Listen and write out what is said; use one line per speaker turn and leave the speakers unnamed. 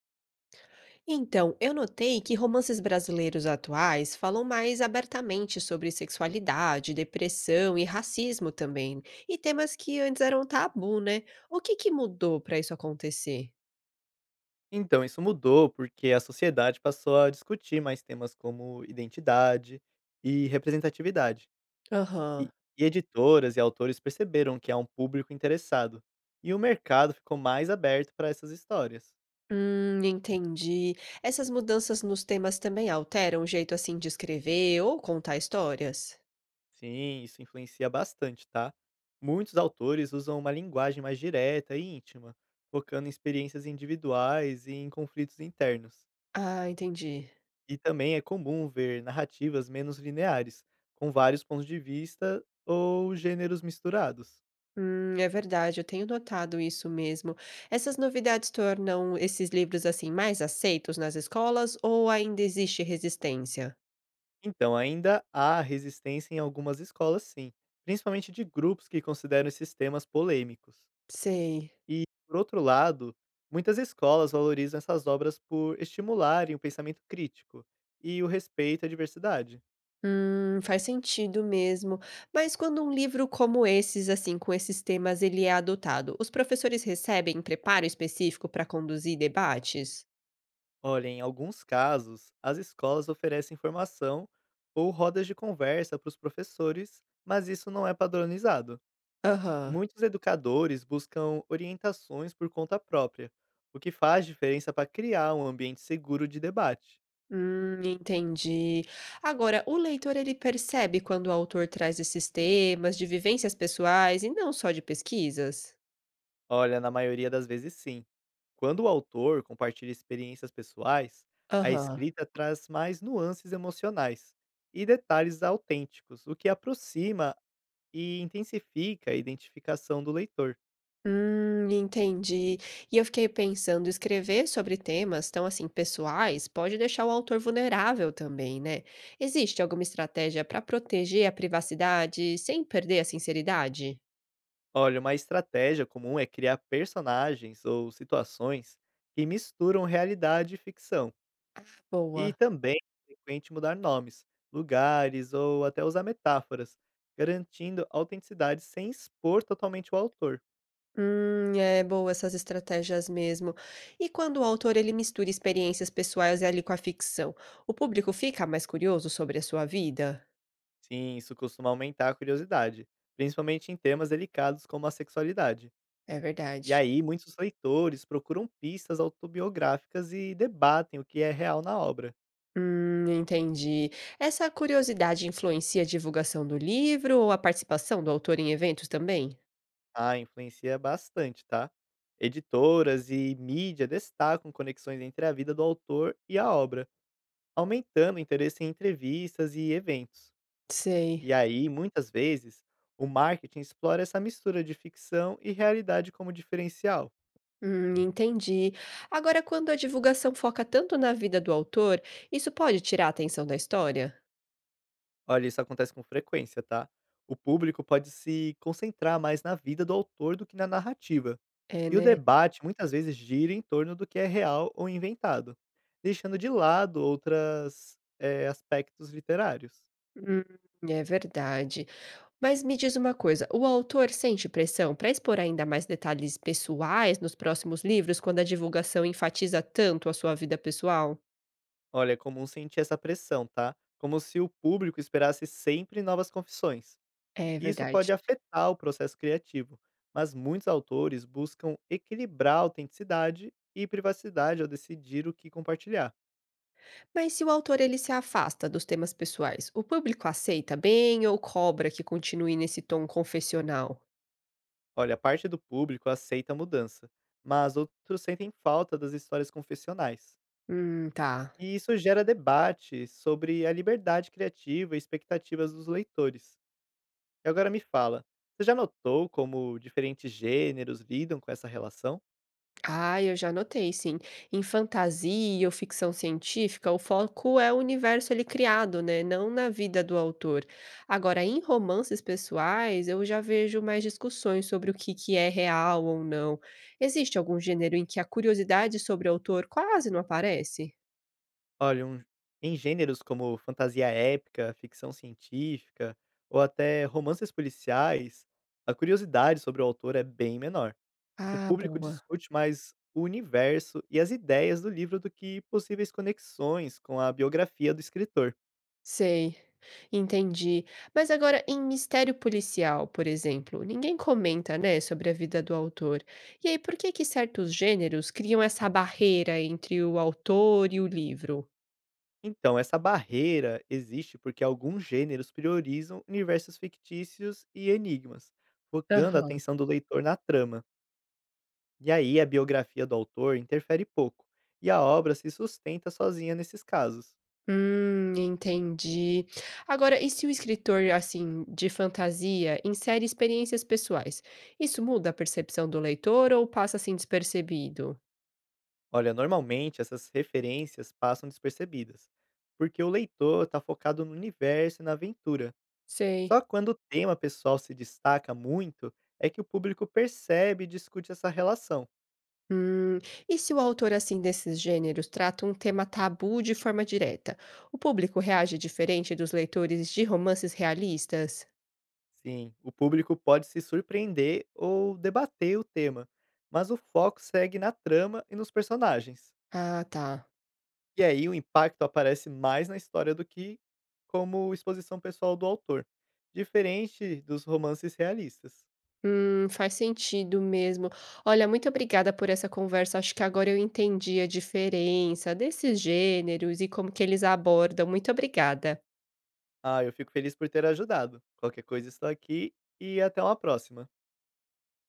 Então, eu notei que romances brasileiros atuais falam mais abertamente sobre sexualidade, depressão e racismo também, e temas que antes eram tabu, né? O que mudou para isso acontecer?
Então, isso mudou porque a sociedade passou a discutir mais temas como identidade e representatividade. E,
Aham.
e editoras e autores perceberam que há um público interessado. E o mercado ficou mais aberto para essas histórias.
Entendi. Essas mudanças nos temas também alteram o jeito assim de escrever ou contar histórias?
Sim, isso influencia bastante, tá? Muitos autores usam uma linguagem mais direta e íntima, focando em experiências individuais e em conflitos internos.
Ah, entendi.
E também é comum ver narrativas menos lineares, com vários pontos de vista ou gêneros misturados.
É verdade, eu tenho notado isso mesmo. Essas novidades tornam esses livros assim mais aceitos nas escolas ou ainda existe resistência?
Então, ainda há resistência em algumas escolas, sim, principalmente de grupos que consideram esses temas polêmicos.
Sei.
E, por outro lado, muitas escolas valorizam essas obras por estimularem o pensamento crítico e o respeito à diversidade.
Faz sentido mesmo. Mas quando um livro como esses, assim, com esses temas, ele é adotado, os professores recebem preparo específico para conduzir debates?
Olha, em alguns casos, as escolas oferecem formação ou rodas de conversa para os professores, mas isso não é padronizado.
Aham.
Muitos educadores buscam orientações por conta própria, o que faz diferença para criar um ambiente seguro de debate.
Entendi. Agora, o leitor ele percebe quando o autor traz esses temas de vivências pessoais e não só de pesquisas?
Olha, na maioria das vezes, sim. Quando o autor compartilha experiências pessoais, a
Aham.
escrita traz mais nuances emocionais e detalhes autênticos, o que aproxima e intensifica a identificação do leitor.
Entendi. E eu fiquei pensando, escrever sobre temas tão assim pessoais pode deixar o autor vulnerável também, né? Existe alguma estratégia para proteger a privacidade sem perder a sinceridade?
Olha, uma estratégia comum é criar personagens ou situações que misturam realidade e ficção.
Ah,
E
boa.
também é frequente mudar nomes, lugares ou até usar metáforas, garantindo autenticidade sem expor totalmente o autor.
É boa essas estratégias mesmo. E quando o autor ele mistura experiências pessoais ali com a ficção, o público fica mais curioso sobre a sua vida?
Sim, isso costuma aumentar a curiosidade, principalmente em temas delicados como a sexualidade.
É
E
verdade.
aí, muitos leitores procuram pistas autobiográficas e debatem o que é real na obra.
Entendi. Essa curiosidade influencia a divulgação do livro ou a participação do autor em eventos também?
Ah, influencia bastante, tá? Editoras e mídia destacam conexões entre a vida do autor e a obra, aumentando o interesse em entrevistas e eventos.
Sei.
E aí, muitas vezes, o marketing explora essa mistura de ficção e realidade como diferencial.
Entendi. Agora, quando a divulgação foca tanto na vida do autor, isso pode tirar a atenção da história?
Olha, isso acontece com frequência, tá? O público pode se concentrar mais na vida do autor do que na narrativa.
É,
E o
né?
debate muitas vezes gira em torno do que é real ou inventado, deixando de lado outros aspectos literários.
Hum, é verdade. Mas me diz uma coisa, o autor sente pressão para expor ainda mais detalhes pessoais nos próximos livros quando a divulgação enfatiza tanto a sua vida pessoal?
Olha, é comum sentir essa pressão, tá? Como se o público esperasse sempre novas confissões.
É
E isso
verdade.
pode afetar o processo criativo, mas muitos autores buscam equilibrar a autenticidade e privacidade ao decidir o que compartilhar.
Mas se o autor ele se afasta dos temas pessoais, o público aceita bem ou cobra que continue nesse tom confessional?
Olha, parte do público aceita a mudança, mas outros sentem falta das histórias confessionais.
Tá.
E isso gera debate sobre a liberdade criativa e expectativas dos leitores. E agora me fala, você já notou como diferentes gêneros lidam com essa relação?
Ah, eu já notei, sim. Em fantasia ou ficção científica, o foco é o universo ele criado, né? Não na vida do autor. Agora, em romances pessoais, eu já vejo mais discussões sobre o que é real ou não. Existe algum gênero em que a curiosidade sobre o autor quase não aparece?
Olha, em gêneros como fantasia épica, ficção científica ou até romances policiais, a curiosidade sobre o autor é bem menor. O
Ah,
público
boa.
discute mais o universo e as ideias do livro do que possíveis conexões com a biografia do escritor.
Sei. Entendi. Mas agora, em Mistério Policial, por exemplo, ninguém comenta, né, sobre a vida do autor. E aí, por que certos gêneros criam essa barreira entre o autor e o livro?
Então, essa barreira existe porque alguns gêneros priorizam universos fictícios e enigmas, focando a
Aham.
atenção do leitor na trama. E aí a biografia do autor interfere pouco, e a obra se sustenta sozinha nesses casos.
Entendi. Agora, e se o escritor, assim, de fantasia insere experiências pessoais? Isso muda a percepção do leitor ou passa assim despercebido?
Olha, normalmente essas referências passam despercebidas, porque o leitor está focado no universo e na aventura.
Sei.
Só quando o tema pessoal se destaca muito é que o público percebe e discute essa relação.
Hum, e se o autor assim desses gêneros trata um tema tabu de forma direta, o público reage diferente dos leitores de romances realistas?
Sim, o público pode se surpreender ou debater o tema, mas o foco segue na trama e nos personagens.
Ah, tá.
E aí o impacto aparece mais na história do que como exposição pessoal do autor, diferente dos romances realistas.
Faz sentido mesmo. Olha, muito obrigada por essa conversa. Acho que agora eu entendi a diferença desses gêneros e como que eles abordam. Muito obrigada.
Ah, eu fico feliz por ter ajudado. Qualquer coisa, estou aqui e até uma próxima.